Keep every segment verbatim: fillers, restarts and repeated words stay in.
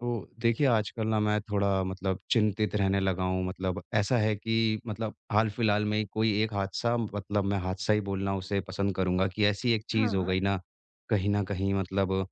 तो देखिए, आजकल ना मैं थोड़ा मतलब चिंतित रहने लगा हूँ। मतलब ऐसा है कि मतलब हाल-फिलहाल में ही कोई एक हादसा, मतलब मैं हादसा ही बोलना उसे पसंद करूँगा, कि ऐसी एक चीज़ हो हाँ, गई ना। कहीं न कहीं मतलब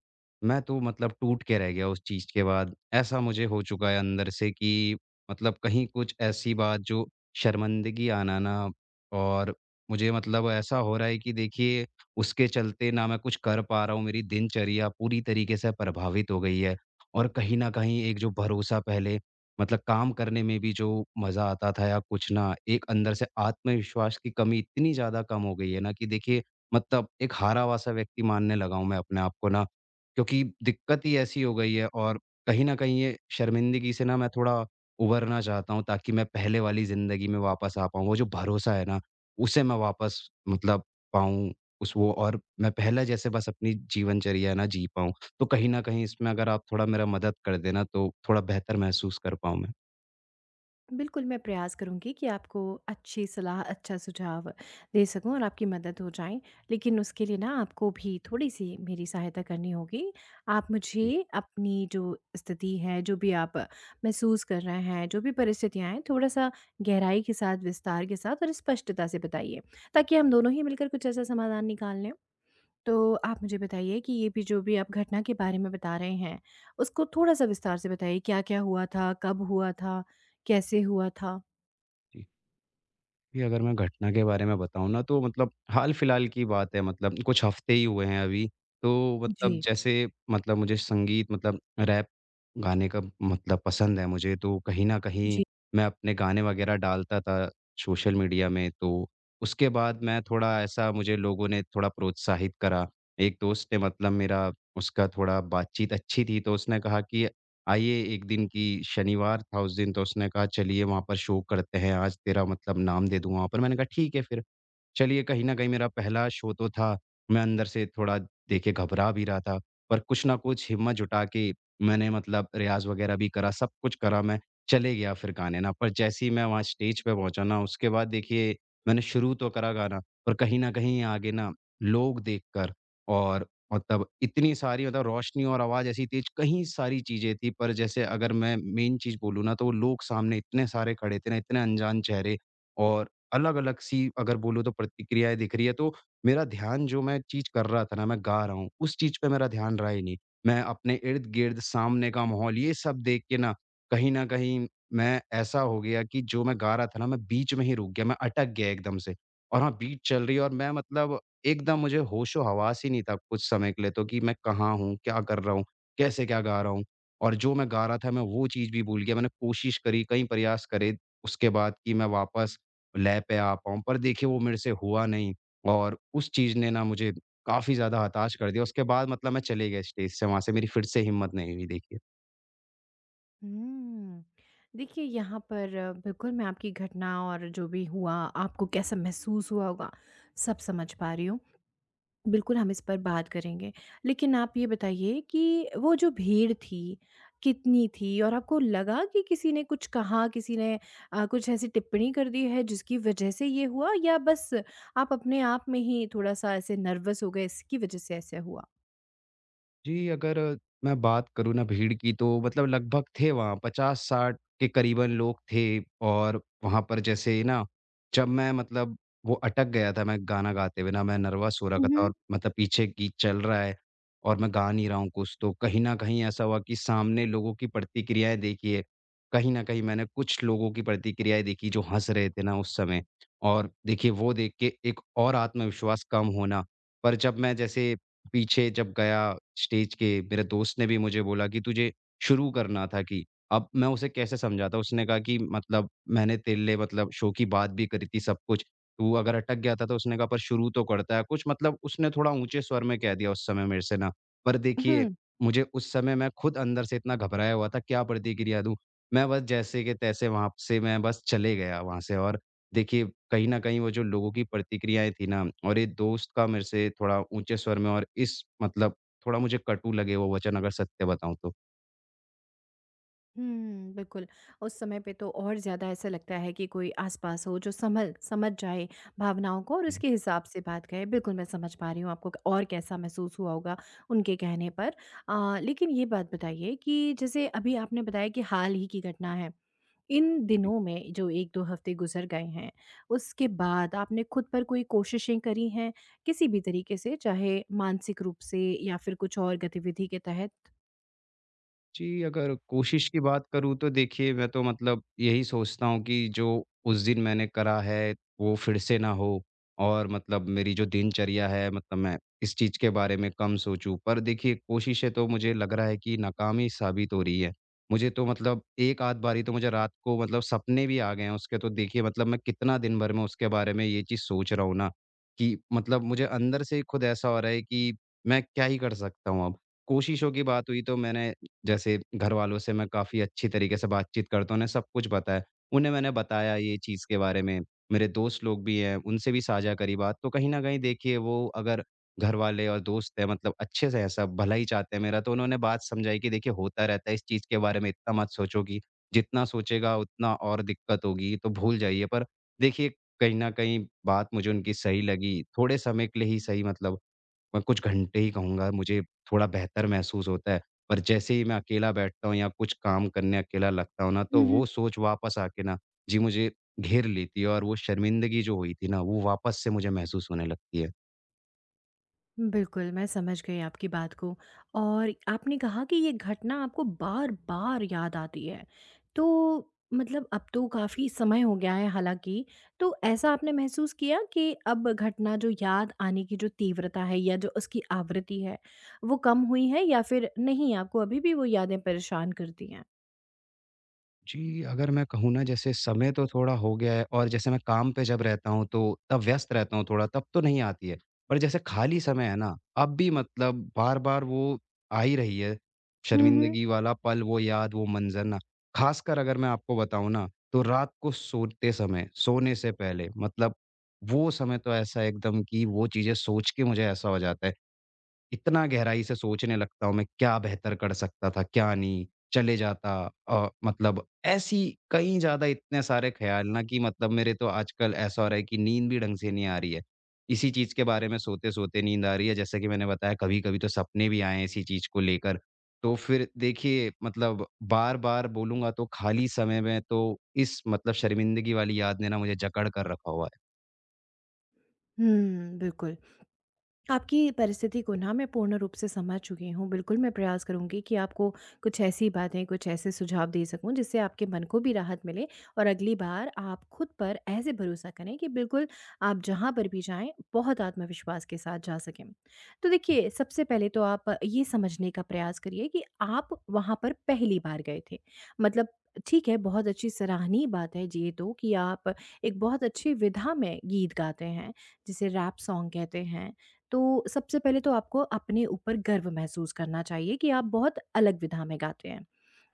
मैं तो मतलब टूट के रह गया उस चीज़ के बाद। ऐसा मुझे हो चुका है अंदर से कि मतलब कहीं कुछ ऐसी बात जो शर्मिंदगी आना ना, और मुझे मतलब ऐसा हो रहा है कि देखिए, उसके चलते ना मैं कुछ कर पा रहा हूँ, मेरी दिनचर्या पूरी तरीके से प्रभावित हो गई है। और कहीं न कहीं एक जो भरोसा पहले, मतलब काम करने में भी जो मज़ा आता था या कुछ ना, एक अंदर से आत्मविश्वास की कमी इतनी ज़्यादा कम हो गई है ना कि देखिए, मतलब एक हारा-हुआ-सा व्यक्ति मानने लगा हूँ मैं अपने आप को ना। क्योंकि दिक्कत ही ऐसी हो गई है, और कहीं न कहीं ये शर्मिंदगी से ना मैं थोड़ा उभरना चाहता हूँ, ताकि मैं पहले वाली ज़िंदगी में वापस आ पाऊँ। वो जो भरोसा है ना, उसे मैं वापस मतलब पाऊँ, उस वो और मैं पहले जैसे बस अपनी जीवनचर्या ना जी पाऊँ। तो कहीं न कहीं इसमें अगर आप थोड़ा मेरा मदद कर देना, तो थोड़ा बेहतर महसूस कर पाऊँ मैं। बिल्कुल मैं प्रयास करूँगी कि आपको अच्छी सलाह, अच्छा सुझाव दे सकूँ और आपकी मदद हो जाए। लेकिन उसके लिए ना आपको भी थोड़ी-सी मेरी सहायता करनी होगी। आप जी, मुझे अपनी जो स्थिति है, जो भी आप महसूस कर रहे हैं, जो भी परिस्थितियाँ हैं, थोड़ा-सा गहराई के साथ, विस्तार के साथ और स्पष्टता से बताइए, ताकि हम दोनों ही मिलकर कुछ ऐसा समाधान निकाल लें। तो आप मुझे बताइए कि ये भी जो भी आप घटना के बारे में बता रहे हैं, उसको थोड़ा-सा विस्तार से बताइए, क्या-क्या हुआ था? कब हुआ था? कैसे हुआ था? जी। जी, अगर मैं घटना के बारे में बताऊँ ना, तो मतलब हाल-फिलहाल की बात है, मतलब कुछ हफ़्ते ही हुए हैं अभी। तो मतलब जी। जैसे मतलब मुझे संगीत, मतलब रैप गाने का मतलब पसंद है, मुझे। तो कहीं न कहीं जी। मैं अपने गाने वग़ैरह डालता था सोशल मीडिया में। तो उसके बाद मैं थोड़ा ऐसा, मुझे लोगों ने थोड़ा प्रोत्साहित करा। एक दोस्त ने, मतलब मेरा उसका थोड़ा बातचीत अच्छी थी, तो उसने कहा कि आइए, एक दिन की शनिवार था उस दिन, तो उसने कहा चलिए वहाँ पर शो करते हैं, आज तेरा मतलब नाम दे दूँगा वहाँ पर। मैंने कहा ठीक है फिर। चलिए, कहीं न कहीं मेरा पहला शो तो था, मैं अंदर से थोड़ा, देखिए, घबरा भी रहा था। पर कुछ ना कुछ हिम्मत जुटा के मैंने मतलब रियाज़ वग़ैरह भी करा, सब कुछ करा मैं, चले गया फिर गाने ना। पर जैसे ही मैं वहाँ स्टेज पे पहुँचा ना, उसके बाद देखिए, मैंने शुरू तो करा गाना, पर कहीं न कहीं आगे ना, लोग देखकर, और मतलब इतनी सारी मतलब रोशनी और आवाज़ ऐसी तेज़, कहीं सारी चीज़ें थी। पर जैसे, अगर मैं मेन चीज़ बोलूँ ना, तो वो लोग सामने इतने सारे खड़े थे ना, इतने अनजान चेहरे, और अलग-अलग सी अगर बोलूँ तो प्रतिक्रियाएँ दिख रही है, तो मेरा ध्यान, जो मैं चीज़ कर रहा था ना, मैं गा रहा हूँ, उस चीज़ पे मेरा ध्यान रहा ही नहीं। मैं अपने इर्द-गिर्द, सामने का माहौल, ये सब देख के ना, कहीं न कहीं मैं ऐसा हो गया कि जो मैं गा रहा था ना, मैं बीच में ही रुक गया, मैं अटक गया एकदम से। और हाँ, बीट चल रही है और मैं, मतलब एकदम मुझे होशो-हवास ही नहीं था कुछ समय के लिए, तो कि मैं कहाँ हूँ? क्या कर रहा हूँ? कैसे क्या गा रहा हूँ? और जो मैं गा रहा था, मैं वो चीज़ भी भूल गया। मैंने कोशिश करी, कई प्रयास करे उसके बाद, कि मैं वापस लय पे आ पाऊँ। पर देखिए, वो मेरे से हुआ नहीं, और उस चीज़ ने ना मुझे काफ़ी ज़्यादा हताश कर दिया। उसके बाद मतलब मैं चले गए स्टेज से, वहाँ से मेरी फिर से हिम्मत नहीं हुई देखिए। हुँ। देखिए, यहाँ पर अ, बिल्कुल मैं आपकी घटना और जो भी हुआ, आपको कैसा महसूस हुआ होगा, सब समझ पा रही हूँ। बिल्कुल, हम इस पर बात करेंगे। लेकिन आप ये बताइए कि वो जो भीड़ थी, कितनी थी? और आपको लगा कि किसी ने कुछ कहा, किसी ने अ, कुछ ऐसी टिप्पणी कर दी है जिसकी वजह से ये हुआ, या बस आप अपने आप में ही थोड़ा-सा ऐसे नर्वस हो गए, इसकी वजह से ऐसा हुआ? जी, अगर मैं बात करूँ ना भीड़ की, तो मतलब लगभग थे वहाँ पचास साठ के करीबन लोग थे। और वहाँ पर जैसे ना, जब मैं, मतलब वो अटक गया था, मैं गाना गाते हुए ना, मैं नर्वस हो रखा था, हुँ, और मतलब पीछे गीत चल रहा है और मैं गा नहीं रहा हूँ कुछ, तो कहीं न कहीं ऐसा हुआ कि सामने लोगों की प्रतिक्रियाएँ, देखिए, कहीं न कहीं मैंने कुछ लोगों की प्रतिक्रियाएँ देखी, जो हँस रहे थे ना उस समय, और देखिए वो देख के एक और आत्मविश्वास कम होना। पर जब मैं जैसे पीछे जब गया स्टेज के, मेरे दोस्त ने भी मुझे बोला कि तुझे शुरू करना था। कि अब मैं उसे कैसे समझाता? उसने कहा कि मतलब मैंने तेरे लिए मतलब शो की बात भी करी थी सब कुछ। तू अगर अटक गया था तो, उसने कहा, पर शुरू तो करता है कुछ। मतलब उसने थोड़ा ऊँचे स्वर में कह दिया उस समय मेरे से ना। पर देखिए, हुँ। मुझे उस समय, मैं खुद अंदर से इतना घबराया हुआ था, क्या प्रतिक्रिया दूँ? मैं बस जैसे के तैसे वहाँ से, मैं बस चले गया वहाँ से। और देखिए, कहीं न कहीं वो जो लोगों की प्रतिक्रियाएँ थी ना, और ये दोस्त का मेरे से थोड़ा ऊँचे स्वर में, और इस मतलब थोड़ा मुझे कटु लगे वो वचन, अगर सत्य बताऊँ तो। हुँ, बिल्कुल। उस समय पे तो और ज़्यादा ऐसा लगता है कि कोई आस-पास हो जो सँभल, समझ जाए भावनाओं को और जी। उसके हिसाब से बात करे। बिल्कुल, मैं समझ पा रही हूँ आपको और कैसा महसूस हुआ होगा उनके कहने पर। अ, लेकिन ये बात बताइए कि जैसे अभी आपने बताया कि हाल ही की घटना है। इन दिनों में जो एक दो हफ़्ते गुज़र गए हैं, उसके बाद आपने खुद पर कोई कोशिशें करी हैं किसी भी तरीके से, चाहे मानसिक रूप से या फिर कुछ और गतिविधि के तहत? जी, अगर कोशिश की बात करूँ तो देखिए, मैं तो मतलब यही सोचता हूँ कि जो उस दिन मैंने करा है, वो फिर से ना हो, और मतलब मेरी जो दिनचर्या है, मतलब मैं इस चीज़ के बारे में कम सोचूँ। पर देखिए, कोशिशें तो मुझे लग रहा है कि नाकामी साबित हो रही है। मुझे तो मतलब एक आध बारी तो मुझे रात को मतलब सपने भी आ गए हैं उसके, तो देखिए, मतलब मैं कितना दिन भर में उसके बारे में ये चीज़ सोच रहा हूँ ना, कि मतलब मुझे अंदर से खुद ऐसा हो रहा है कि मैं क्या ही कर सकता हूँ अब। कोशिशों की बात हुई तो मैंने, जैसे घरवालों से मैं काफ़ी अच्छी तरीके से बातचीत करता हूँ, उन्हें सब कुछ पता है। उन्हें मैंने बताया ये चीज़ के बारे में, मेरे दोस्त लोग भी हैं, उनसे भी साझा करी बात। तो कहीं न कहीं देखिए, वो अगर घरवाले और दोस्त हैं, मतलब अच्छे से हैं सब, भला ही चाहते हैं मेरा, तो उन्होंने बात समझाई कि देखिए, होता रहता है, इस चीज़ के बारे में इतना मत सोचो, कि जितना सोचेगा उतना और दिक्कत होगी, तो भूल जाइए। पर देखिए, कहीं न कहीं बात मुझे उनकी सही लगी, थोड़े समय के लिए ही सही, मतलब मैं कुछ घंटे ही कहूँगा, मुझे थोड़ा बेहतर महसूस होता है। पर जैसे ही मैं अकेला बैठता हूँ या कुछ काम करने अकेला लगता हूँ ना, तो वो सोच वापस आके ना, जी, मुझे घेर लेती है, और वो शर्मिंदगी जो हुई थी ना, वो वापस से मुझे महसूस होने लगती है। बिल्कुल, मैं समझ गई आपकी बात को और आपने कहा कि ये घटना आपको बार-बार याद आती है। तो मतलब अब तो काफ़ी समय हो गया है हालाँकि, तो ऐसा आपने महसूस किया कि अब घटना जो याद आने की जो तीव्रता है या जो उसकी आवृत्ति है, वो कम हुई है या फिर नहीं, आपको अभी भी वो यादें परेशान करती हैं? जी, अगर मैं कहूँ ना, जैसे समय तो थोड़ा हो गया है, और जैसे मैं काम पे जब रहता हूँ, तो तब व्यस्त रहता हूँ थोड़ा, तब तो नहीं आती है। पर जैसे खाली समय है ना, अब भी मतलब बार-बार वो आ ही रही है, हुँ, हुँ। शर्मिंदगी वाला पल, वो याद, वो मंज़र ना। ख़ासकर अगर मैं आपको बताऊँ ना, तो रात को सोते समय, सोने से पहले मतलब वो समय तो ऐसा एकदम कि वो चीज़ें सोच के मुझे ऐसा हो जाता है, इतना गहराई से सोचने लगता हूँ, मैं क्या बेहतर कर सकता था, क्या नहीं? चले जाता अ, मतलब ऐसी कई ज़्यादा, इतने सारे ख़्याल ना, कि मतलब मेरे तो आजकल ऐसा हो रहा है कि नींद भी ढंग से नहीं आ रही है। इसी चीज़ के बारे में सोते-सोते नींद आ रही है। जैसा कि मैंने बताया, कभी-कभी तो सपने भी आए हैं इसी चीज़ को लेकर। तो फिर देखिए, मतलब बार-बार बोलूँगा तो, खाली समय में तो इस मतलब शर्मिंदगी वाली याद ने ना मुझे जकड़ कर रखा हुआ है। हुँ, बिल्कुल। आपकी परिस्थिति को ना मैं पूर्ण रूप से समझ चुकी हूँ। बिल्कुल, मैं प्रयास करूँगी कि आपको कुछ ऐसी बातें, कुछ ऐसे सुझाव दे सकूँ जिससे आपके मन को भी राहत मिले और अगली बार आप खुद पर ऐसे भरोसा करें कि बिल्कुल आप जहाँ पर भी जाएँ, बहुत आत्मविश्वास के साथ जा सकें। तो देखिए, सबसे पहले तो आप ये समझने का प्रयास करिए कि आप वहाँ पर पहली बार गए थे। मतलब, ठीक है, बहुत अच्छी सराहनीय बात है ये तो, कि आप एक बहुत अच्छी विधा में गीत गाते हैं, जिसे रैप सॉन्ग कहते हैं। तो सबसे पहले तो आपको अपने ऊपर गर्व महसूस करना चाहिए कि आप बहुत अलग विधा में गाते हैं।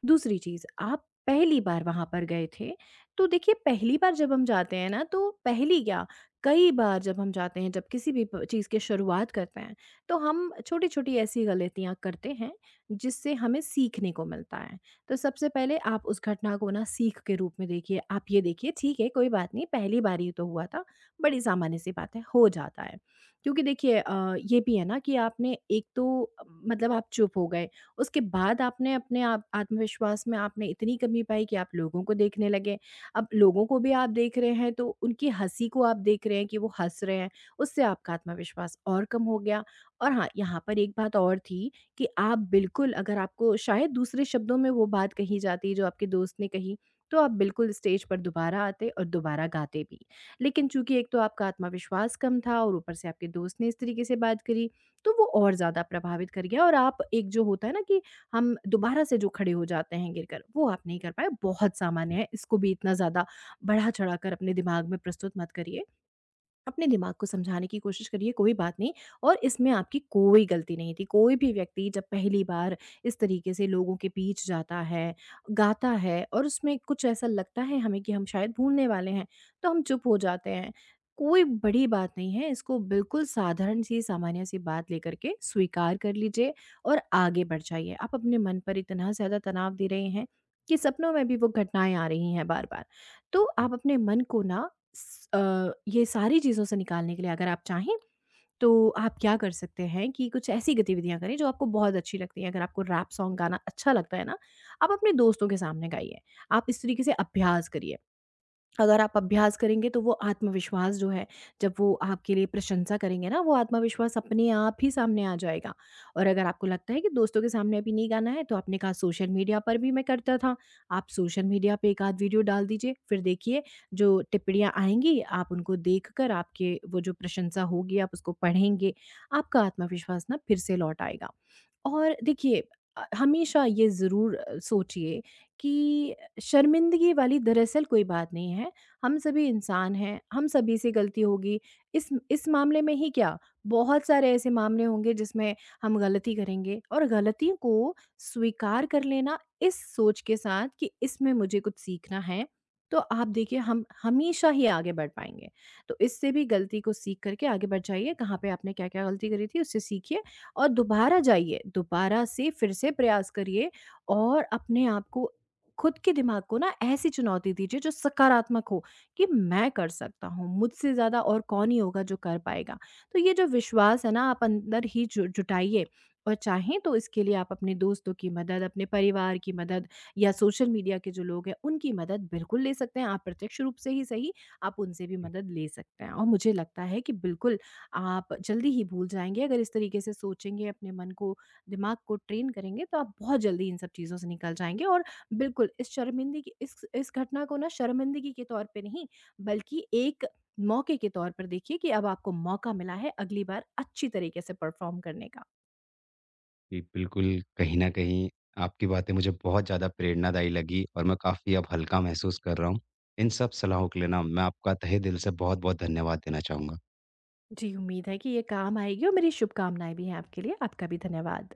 दूसरी चीज़, आप पहली बार वहाँ पर गए थे, तो देखिए, पहली बार जब हम जाते हैं ना, तो पहली क्या, कई बार जब हम जाते हैं, जब किसी भी प चीज़ की शुरुआत करते हैं, तो हम छोटी-छोटी ऐसी गलतियाँ करते हैं जिससे हमें सीखने को मिलता है। तो सबसे पहले आप उस घटना को ना सीख के रूप में देखिए, आप ये देखिए, ठीक है, कोई बात नहीं, पहली बार ही तो हुआ था, बड़ी सामान्य सी बात है, हो जाता है। क्योंकि देखिए, अ, ये भी है ना कि आपने एक तो अ, मतलब आप चुप हो गए, उसके बाद आपने अपने आप आत्मविश्वास में आपने इतनी कमी पाई कि आप लोगों को देखने लगे। अब लोगों को भी आप देख रहे हैं तो उनकी हँसी को आप देख रहे हैं कि वो हँस रहे हैं, उससे आपका आत्मविश्वास और कम हो गया। और हाँ, यहाँ पर एक बात और थी, कि आप बिल्कुल, अगर आपको शायद दूसरे शब्दों में वो बात कही जाती जो आपके दोस्त ने कही, तो आप बिल्कुल स्टेज पर दोबारा आते और दोबारा गाते भी। लेकिन चूँकि एक तो आपका आत्मविश्वास कम था और ऊपर से आपके दोस्त ने इस तरीके से बात करी, तो वो और ज़्यादा प्रभावित कर गया और आप एक जो होता है ना, कि हम दोबारा से जो खड़े हो जाते हैं गिरकर, वो आप नहीं कर पाए। बहुत सामान्य है, इसको भी इतना ज़्यादा बढ़ा-चढ़ाकर अपने दिमाग में प्रस्तुत मत करिए। अपने दिमाग को समझाने की कोशिश करिए, कोई बात नहीं, और इसमें आपकी कोई गलती नहीं थी। कोई भी व्यक्ति जब पहली बार इस तरीके से लोगों के बीच जाता है, गाता है और उसमें कुछ ऐसा लगता है हमें कि हम शायद भूलने वाले हैं, तो हम चुप हो जाते हैं। कोई बड़ी बात नहीं है, इसको बिल्कुल साधारण सी, सामान्य सी बात लेकर के स्वीकार कर लीजिए और आगे बढ़ जाइए। आप अपने मन पर इतना ज़्यादा तनाव दे रहे हैं कि सपनों में भी वो घटनाएँ आ रही हैं बार-बार। तो आप अपने मन को ना स अ, ये सारी चीज़ों से निकालने के लिए, अगर आप चाहें, तो आप क्या कर सकते हैं कि कुछ ऐसी गतिविधियाँ करें जो आपको बहुत अच्छी लगती हैं। अगर आपको रैप सॉन्ग गाना अच्छा लगता है ना, आप अपने दोस्तों के सामने गाइए। आप इस तरीके से अभ्यास करिए। अगर आप अभ्यास करेंगे, तो वो आत्मविश्वास जो है, जब वो आपके लिए प्रशंसा करेंगे ना, वो आत्मविश्वास अपने आप ही सामने आ जाएगा। और अगर आपको लगता है कि दोस्तों के सामने अभी नहीं गाना है, तो आपने कहा, सोशल मीडिया पर भी मैं करता था, आप सोशल मीडिया पे एक आध वीडियो डाल दीजिए, फिर देखिए जो टिप्पणियाँ आएंगी, आप उनको देख कर, आपके वो जो प्रशंसा होगी, आप उसको पढ़ेंगे, आपका आत्मविश्वास ना फिर से लौट आएगा। और देखिए, अ, हमेशा ये ज़रूर सोचिए कि शर्मिंदगी वाली दरअसल कोई बात नहीं है। हम सभी इंसान हैं, हम सभी से गलती होगी। इस इस मामले में ही क्या, बहुत सारे ऐसे मामले होंगे जिसमें हम गलती करेंगे, और गलती को स्वीकार कर लेना इस सोच के साथ कि इसमें मुझे कुछ सीखना है, तो आप देखिए, हम हमेशा ही आगे बढ़ पाएँगे। तो इससे भी गलती को सीख करके आगे बढ़ जाइए, कहाँ पे आपने क्या-क्या गलती करी थी, उससे सीखिए और दोबारा जाइए, दोबारा से फिर से प्रयास करिए और अपने आप को, खुद के दिमाग को ना ऐसी चुनौती दीजिए जो सकारात्मक हो, कि मैं कर सकता हूँ, मुझसे ज़्यादा और कौन ही होगा जो कर पाएगा। तो ये जो विश्वास है ना, आप अंदर ही जु जुटाइए और चाहें तो इसके लिए आप अपने दोस्तों की मदद, अपने परिवार की मदद या सोशल मीडिया के जो लोग हैं उनकी मदद बिल्कुल ले सकते हैं। आप प्रत्यक्ष रूप से ही सही, आप उनसे भी जी। मदद ले सकते हैं और मुझे लगता है कि बिल्कुल आप जल्दी ही भूल जाएँगे अगर इस तरीके से सोचेंगे, अपने मन को, दिमाग को ट्रेन करेंगे, तो आप बहुत जल्दी इन सब चीज़ों से निकल जाएँगे और बिल्कुल इस शर्मिंदगी इस इस घटना को ना शर्मिंदगी के तौर पे नहीं, बल्कि एक मौके के तौर पर देखिए कि अब आपको मौका मिला है अगली बार अच्छी तरीके से परफॉर्म करने का। जी, बिल्कुल, कहीं न कहीं आपकी बातें मुझे बहुत ज़्यादा प्रेरणादायी लगी, और मैं काफ़ी अब हल्का महसूस कर रहा हूँ। इन सब सलाहों के लिए ना मैं आपका तहे दिल से बहुत-बहुत धन्यवाद देना चाहूँगा। जी, उम्मीद है कि ये काम आएगी और मेरी शुभकामनाएँ भी हैं आपके लिए। आपका भी धन्यवाद।